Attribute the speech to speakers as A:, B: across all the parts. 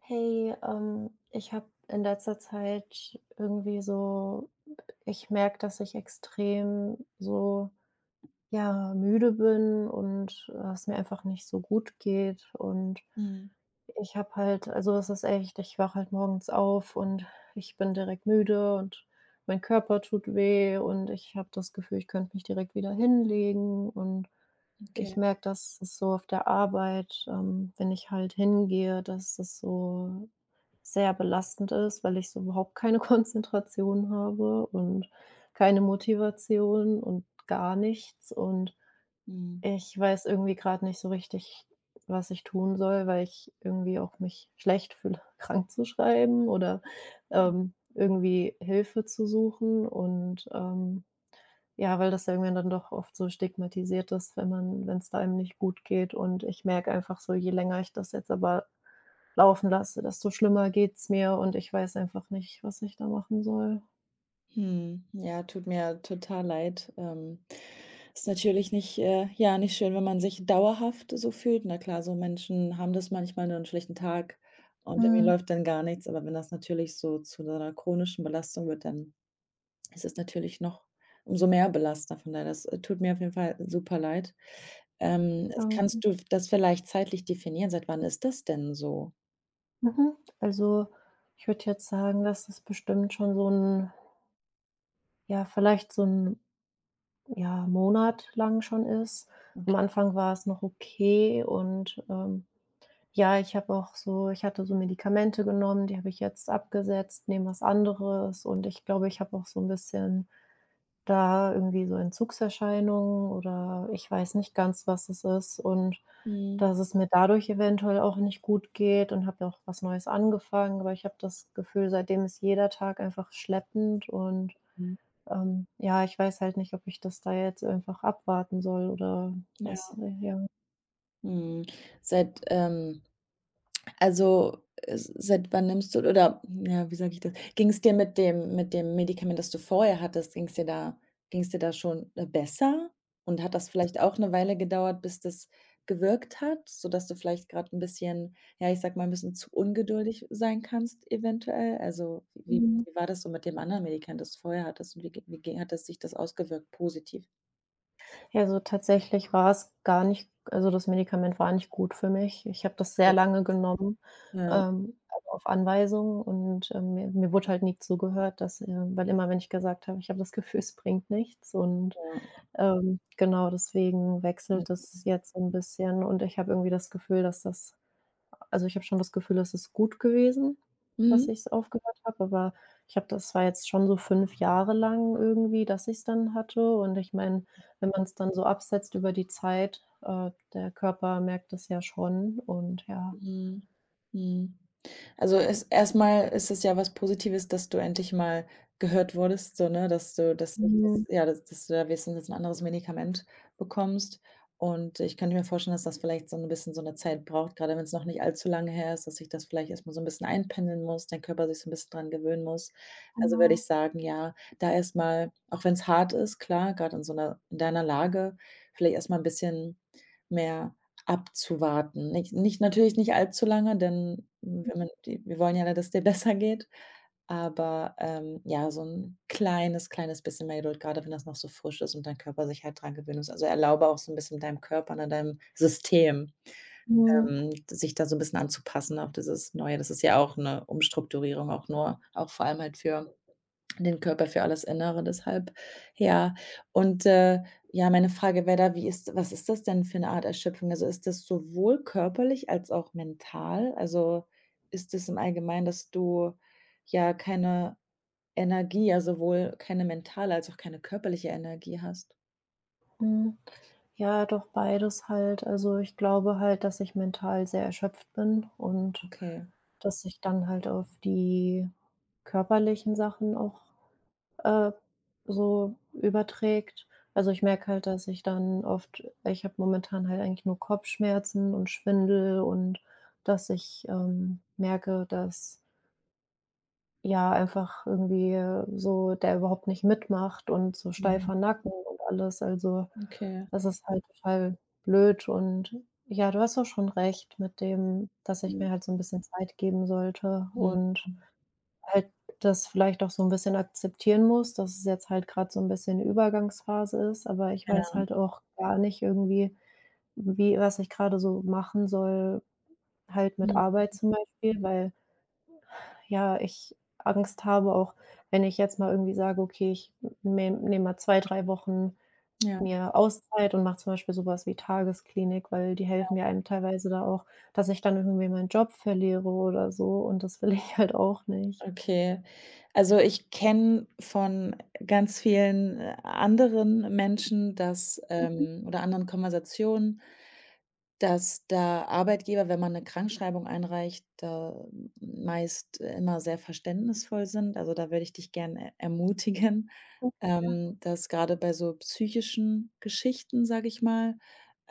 A: Hey, ich habe in letzter Zeit irgendwie so, ich merke, dass ich extrem so, ja, müde bin und, es mir einfach nicht so gut geht. Und
B: Mhm,
A: ich habe halt, also es ist echt, ich wache halt morgens auf und ich bin direkt müde und mein Körper tut weh und ich habe das Gefühl, ich könnte mich direkt wieder hinlegen. Und ich
B: okay.
A: merke, dass es so auf der Arbeit, wenn ich halt hingehe, dass es so sehr belastend ist, weil ich so überhaupt keine Konzentration habe und keine Motivation und gar nichts. Und
B: Mhm.
A: ich weiß irgendwie gerade nicht so richtig, was ich tun soll, weil ich irgendwie auch mich schlecht fühle, krank zu schreiben oder, irgendwie Hilfe zu suchen, und, ja, weil das ja irgendwann dann doch oft so stigmatisiert ist, wenn man, wenn's da einem nicht gut geht. Und ich merke einfach so, je länger ich das jetzt aber laufen lasse, desto schlimmer geht's mir, und ich weiß einfach nicht, was ich da machen soll.
B: Mhm. Ja, tut mir total leid. Ist natürlich nicht, ja, nicht schön, wenn man sich dauerhaft so fühlt. Na klar, so Menschen haben das manchmal, nur einen schlechten Tag und irgendwie
A: Mhm,
B: läuft dann gar nichts. Aber wenn das natürlich so zu so 'ner chronischen Belastung wird, dann ist es natürlich noch umso mehr belastender. Von daher, das, tut mir auf jeden Fall super leid.
A: danke.
B: Kannst du das vielleicht zeitlich definieren? Seit wann ist das denn so?
A: Mhm. Also, ich würde jetzt sagen, dass es bestimmt schon so ein, ja, vielleicht so ein, ja, Monat lang schon ist. Am
B: Okay.
A: Anfang war es noch okay und, ja, ich habe auch so, ich hatte so Medikamente genommen, die habe ich jetzt abgesetzt, nehme was anderes, und ich glaube, ich habe auch so ein bisschen da irgendwie so Entzugserscheinungen, oder ich weiß nicht ganz, was es ist, und
B: Mhm.
A: dass es mir dadurch eventuell auch nicht gut geht. Und habe ja auch was Neues angefangen, aber ich habe das Gefühl, seitdem ist jeder Tag einfach schleppend und,
B: Mhm.
A: ja, ich weiß halt nicht, ob ich das da jetzt einfach abwarten soll oder
B: Ja.
A: was, ja.
B: Mhm. Seit, also, seit wann nimmst du oder ja, wie sage ich das? Ging es dir mit dem Medikament, das du vorher hattest Ging es dir da schon, besser? Und hat das vielleicht auch eine Weile gedauert, bis das gewirkt hat, sodass du vielleicht gerade ein bisschen, ja, ich sag mal, ein bisschen zu ungeduldig sein kannst eventuell? Also, wie
A: Mhm.
B: wie war das so mit dem anderen Medikament, das du vorher hattest und wie ge hat das sich das ausgewirkt positiv?
A: Ja, also tatsächlich war's gar nicht, also das Medikament war nicht gut für mich. Ich habe das sehr
B: Okay.
A: lange genommen,
B: Ja,
A: also auf Anweisung, und, mir wurde halt nie zugehört, dass weil immer, wenn ich gesagt habe: „Ich habe das Gefühl, es bringt nichts“, und,
B: ja, ja.
A: genau deswegen wechselt das jetzt so ein bisschen, und ich habe irgendwie das Gefühl, dass das, also, ich habe schon das Gefühl, es ist gut gewesen, dass
B: Mhm.
A: ich's aufgehört habe, aber ich habe, das war jetzt schon so 5 Jahre lang irgendwie, dass ich's dann hatte, und ich meine, wenn man's dann so absetzt über die Zeit, der Körper merkt das ja schon, und ja.
B: Mhm. Mhm. Also, es erst ist es ja was Positives, dass du endlich mal gehört wurdest, so, ne, dass sich
A: Mhm,
B: das ja, dass du da wenigstens ein anderes Medikament bekommst. Und ich könnte mir vorstellen, dass das vielleicht so ein bisschen so eine Zeit braucht, gerade wenn es noch nicht allzu lange her ist, dass sich das vielleicht erst mal so ein bisschen einpendeln muss, dein Körper sich so ein bisschen dran gewöhnen muss. Also, würde
A: genau.
B: ich sagen, ja, da erstmal, auch wenn es hart ist, klar, gerade in so einer in deiner Lage, vielleicht erstmal ein bisschen mehr abzuwarten. Nicht natürlich nicht allzu lange, denn wenn man die wir wollen ja, dass es dir besser geht, aber, ja, so ein kleines, kleines bisschen mehr Geduld, gerade wenn das noch so frisch ist und dein Körper sich halt dran gewöhnen muss. Also, erlaube auch so ein bisschen deinem Körper, ne, deinem System,
A: Mhm.
B: sich da so ein bisschen anzupassen auf dieses Neue. Das ist ja auch eine Umstrukturierung, auch nur auch vor allem halt für den Körper für alles Innere, deshalb ja. Und, ja, meine Frage wäre da, wie ist was ist das denn für eine Art Erschöpfung? Also, ist das sowohl körperlich als auch mental? Also, ist es im Allgemeinen, dass du, ja, keine Energie, ja, sowohl keine mentale als auch keine körperliche Energie hast?
A: Mhm. Ja, doch beides halt. Also, ich glaube halt, dass ich mental sehr erschöpft bin, und
B: Okay.
A: dass ich dann halt auf die körperlichen Sachen auch, äh, so überträgt. Also, ich merke halt, dass ich dann oft, ich habe momentan halt eigentlich nur Kopfschmerzen und Schwindel, und dass ich, merke, dass, ja, einfach irgendwie so der überhaupt nicht mitmacht und so
B: Mhm.
A: steifer Nacken und alles. Also,
B: Okay.
A: das ist halt total blöd, und ja, du hast auch schon recht mit dem, dass ich
B: Mhm.
A: mir halt so ein bisschen Zeit geben sollte
B: Mhm.
A: und halt das vielleicht auch so 'n bisschen akzeptieren muss, dass es jetzt halt grad so 'n bisschen 'ne Übergangsphase ist, aber ich weiß
B: Ja.
A: halt auch gar nicht irgendwie, wie, was ich grade so machen soll, halt mit
B: Mhm.
A: Arbeit zum Beispiel, weil, ja, ich Angst habe, auch wenn ich jetzt mal irgendwie sage: „Okay, ich nehme mal 2 3 Wochen
B: Ja.
A: mir Auszeit und mache zum Beispiel so was wie Tagesklinik“, weil die helfen ja einem teilweise da auch, dass ich dann irgendwie meinen Job verliere oder so, und das will ich halt auch nicht.
B: Okay. Also, ich kenne von ganz vielen, anderen Menschen, dass
A: Mhm.
B: oder anderen Konversationen, dass da Arbeitgeber, wenn man eine Krankschreibung einreicht, da meist immer sehr verständnisvoll sind. Also, da würde ich dich gerne ermutigen,
A: Ja.
B: dass gerade bei so psychischen Geschichten, sage ich mal,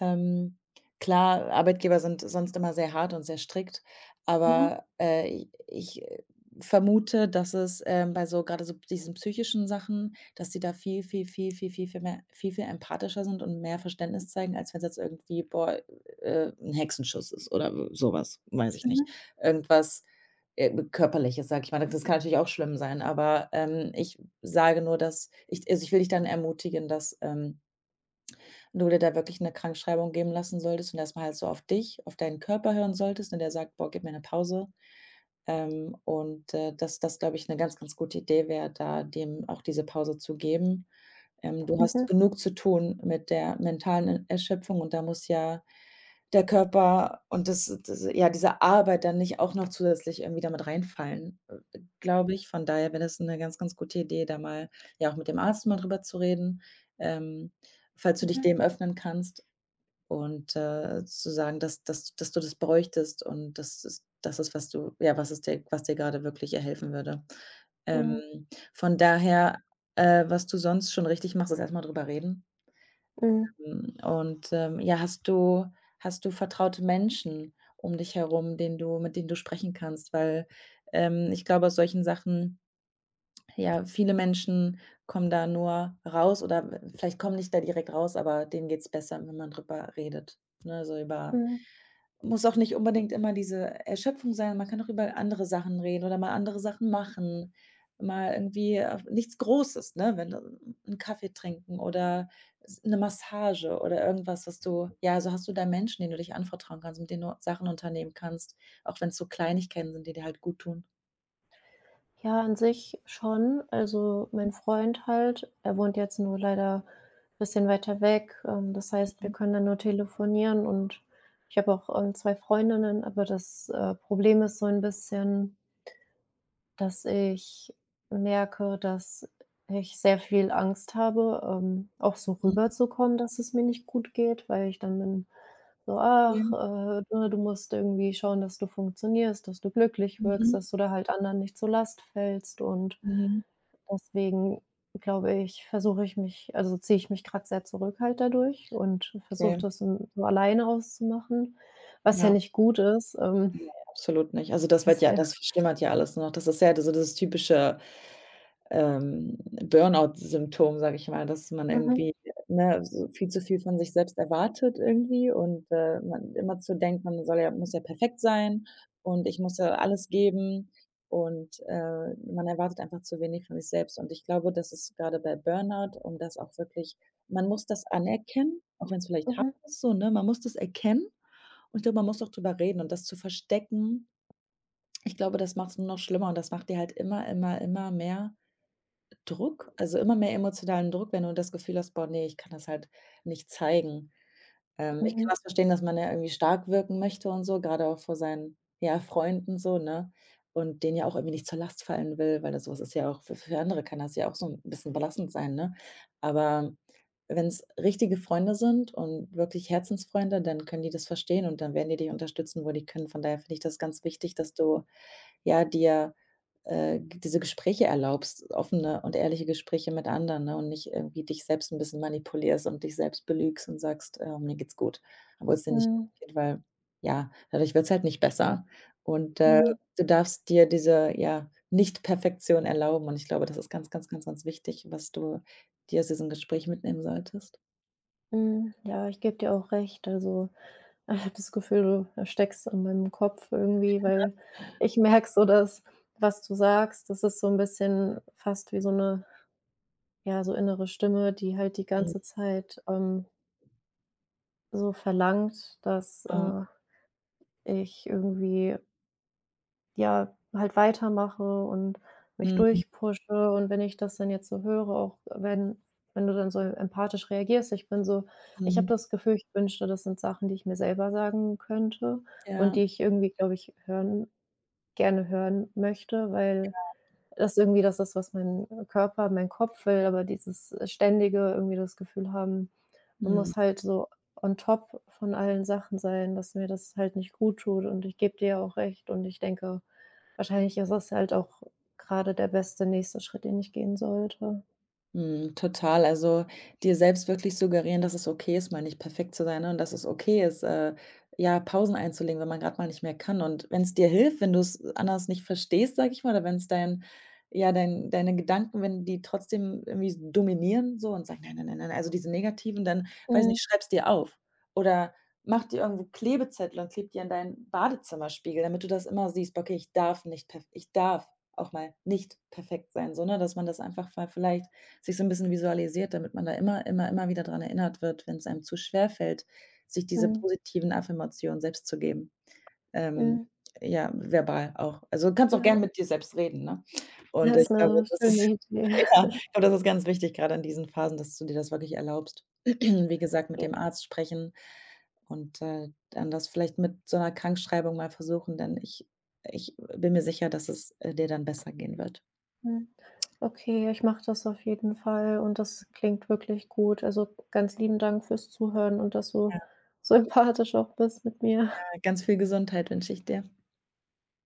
B: ähm, klar, Arbeitgeber sind sonst immer sehr hart und sehr strikt,
A: Mhm.
B: aber, i ich vermute, dass es, bei so gerade so diesen psychischen Sachen, dass die da viel, viel, viel, viel, viel, viel mehr viel, viel empathischer sind und mehr Verständnis zeigen, als wenn es jetzt irgendwie, boah, 'n Hexenschuss ist oder sowas, weiß ich nicht.
A: Mhm,
B: Irgendwas, Körperliches, sage ich mal. Das kann natürlich auch schlimm sein, aber, ich sage nur, dass ich ich will dich dann ermutigen, dass, du dir da wirklich 'ne Krankschreibung geben lassen solltest und erst mal halt so auf dich, auf deinen Körper hören solltest, ne, der sagt: „Boah, gib mir 'ne Pause.“ Und, dass das, glaube ich, eine ganz, ganz gute Idee wäre, da dem auch diese Pause zu geben. Du hast
A: mhm,
B: genug zu tun mit der mentalen Erschöpfung und da muss ja der Körper und das ja, diese Arbeit dann nicht auch noch zusätzlich irgendwie damit reinfallen, glaube ich. Von daher wäre das eine ganz, ganz gute Idee, da mal ja, auch mit dem Arzt mal drüber zu reden, ähm, falls du dich
A: mhm,
B: dem öffnen kannst. Und, zu sagen, dass du das bräuchtest und das ist, was du ja, was dir gerade wirklich ja helfen würde. Ähm,
A: mhm,
B: von daher, was du sonst schon richtig machst, ist erst mal drüber reden.
A: mhm,
B: Hm, und, ja, hast du vertraute Menschen um dich herum, denen du mit denen du sprechen kannst? Weil, ich glaube, aus solchen Sachen ja, viele Menschen kommen da nur raus oder w vielleicht kommen nicht da direkt raus, aber denen geht's besser, wenn man drüber redet, ne, so über
A: mhm.
B: muss auch nicht unbedingt immer diese Erschöpfung sein, man kann auch über andere Sachen reden oder mal andere Sachen machen, mal irgendwie, nichts Großes, ne, wenn, 'n Kaffee trinken oder s 'ne Massage oder irgendwas, was du ja, so hast du da Menschen, denen du dich anvertrauen kannst, mit denen du Sachen unternehmen kannst, auch wenn es so Kleinigkeiten sind, die dir halt guttun.
A: Ja, an sich schon. Also, mein Freund halt, er wohnt jetzt nur leider ein bisschen weiter weg. Das heißt, wir
B: Mhm,
A: können dann nur telefonieren, und ich habe auch, 2 Freundinnen, aber das, Problem ist so ein bisschen, dass ich merke, dass ich sehr viel Angst habe, auch so
B: mhm,
A: rüberzukommen, dass es mir nicht gut geht, weil ich dann bin so:
B: ja,
A: „Ach, ne, du musst irgendwie schauen, dass du funktionierst, dass du glücklich wirkst,
B: mhm.
A: dass du da halt anderen nicht zur Last fällst.“ Und
B: Mhm,
A: deswegen, glaube ich, versuche ich mich, also, ziehe ich mich gerade sehr zurück halt dadurch und versuche
B: okay,
A: das so, so alleine auszumachen, was ja
B: ja.
A: nicht gut ist,
B: Ne, absolut nicht. Also,
A: das ja.
B: das verschlimmert ja alles noch. Das ist ja so dieses typische, ähm, Burnout-Symptom, sage ich mal, dass man
A: Mhm,
B: irgendwie, ne, so viel zu viel von sich selbst erwartet irgendwie und, man immerzu denkt, man soll ja muss ja perfekt sein und ich muss ja alles geben und, man erwartet einfach zu wenig von sich selbst. Und ich glaube, das ist grade bei Burnout, um das auch wirklich man muss das anerkennen, auch wenn's vielleicht hart
A: mhm,
B: ist so, ne? Man muss das erkennen. Und ich glaube, man muss doch drüber reden und das zu verstecken, ich glaube, das macht es nur noch schlimmer und das macht dir halt immer, immer, immer mehr Druck, also immer mehr emotionalen Druck, wenn du das Gefühl hast: „Boah, nee, ich kann das halt nicht zeigen.“ Ich kann
A: mhm,
B: das verstehen, dass man ja irgendwie stark wirken möchte und so, gerade auch vor seinen, ja, Freunden so, ne? Und denen ja auch irgendwie nicht zur Last fallen will, weil das so was ist ja auch für andere kann das ja auch so ein bisschen belastend sein, ne? Aber wenn es richtige Freunde sind und wirklich Herzensfreunde, dann können die das verstehen und dann werden die dich unterstützen, wo die können. Von daher finde ich das ganz wichtig, dass du, ja, dir diese Gespräche erlaubst, offene und ehrliche Gespräche mit anderen, ne, und nicht irgendwie dich selbst ein bisschen manipulierst und dich selbst belügst und sagst: mir geht's gut“, obwohl es dir
A: mhm,
B: nicht gut
A: mhm,
B: geht, weil ja, dadurch wird's halt nicht besser. Und,
A: mhm.
B: du darfst dir diese, ja, Nicht-Perfektion erlauben und ich glaube, das ist ganz, ganz, ganz, ganz wichtig, was du dir aus diesem Gespräch mitnehmen solltest.
A: Mhm, ja, ich gebe dir auch recht. Also, ich habe das Gefühl, du steckst in meinem Kopf irgendwie, weil ich merke so, dass was du sagst, das ist so ein bisschen fast wie so eine, ja, so innere Stimme, die halt die
B: Mhm,
A: ganze Zeit, so verlangt, dass,
B: ja.
A: ich irgendwie, ja, halt weitermache und mich
B: Mhm,
A: durchpushe, und wenn ich das dann jetzt so höre, auch wenn, du dann so empathisch reagierst, ich bin so, ich habe
B: mhm.
A: das Gefühl, ich wünschte, das sind Sachen, die ich mir selber sagen könnte und
B: Ja,
A: die ich irgendwie, glaube ich, hören, gerne hören möchte, weil das irgendwie das ist, was mein Körper, mein Kopf will, aber dieses ständige irgendwie das Gefühl haben, man
B: mhm.
A: muss halt so on top von allen Sachen sein, dass mir das halt nicht gut tut. Und ich gebe dir ja auch recht, und ich denke, wahrscheinlich ist es halt auch gerade der beste nächste Schritt, den ich gehen sollte.
B: Mhm, total. Also, dir selbst wirklich suggerieren, dass es okay ist, mal nicht perfekt zu sein, ne, und dass es okay ist, ja, Pausen einzulegen, wenn man gerade mal nicht mehr kann. Und wenn es dir hilft, wenn du es anders nicht verstehst, sage ich mal, oder wenn es dein ja, deine Gedanken, wenn die trotzdem irgendwie dominieren so und sagen: „Nein, nein, nein, nein“, also diese negativen, dann weiß
A: Mhm,
B: nicht, schreib's dir auf oder mach dir irgendwo Klebezettel und klebe die an deinen Badezimmerspiegel, damit du das immer siehst: „Okay, ich darf auch mal nicht perfekt sein“, so, ne, dass man das einfach mal vielleicht sich so ein bisschen visualisiert, damit man da immer, immer, immer wieder dran erinnert wird, wenn es einem zu schwer fällt, sich diese
A: mhm,
B: positiven Affirmationen selbst zu geben. Ähm,
A: mhm.
B: ja, verbal auch. Also, du kannst auch gern
A: Ja,
B: mit dir selbst reden, ne? Und
A: das ist
B: ich glaube,
A: 'ne
B: das
A: schöne
B: ist
A: Idee.
B: ja, ich glaube, das ist ganz wichtig, gerade in diesen Phasen, dass du dir das wirklich erlaubst. Wie gesagt, mit
A: Ja,
B: dem Arzt sprechen und, dann das vielleicht mit so einer Krankschreibung mal versuchen, denn ich bin mir sicher, dass es, dir dann besser gehen wird.
A: mhm. Okay, ich mache das auf jeden Fall, und das klingt wirklich gut. Also, ganz lieben Dank fürs Zuhören und dass du sympathisch auch bist mit mir.
B: Ganz viel Gesundheit wünsche ich dir.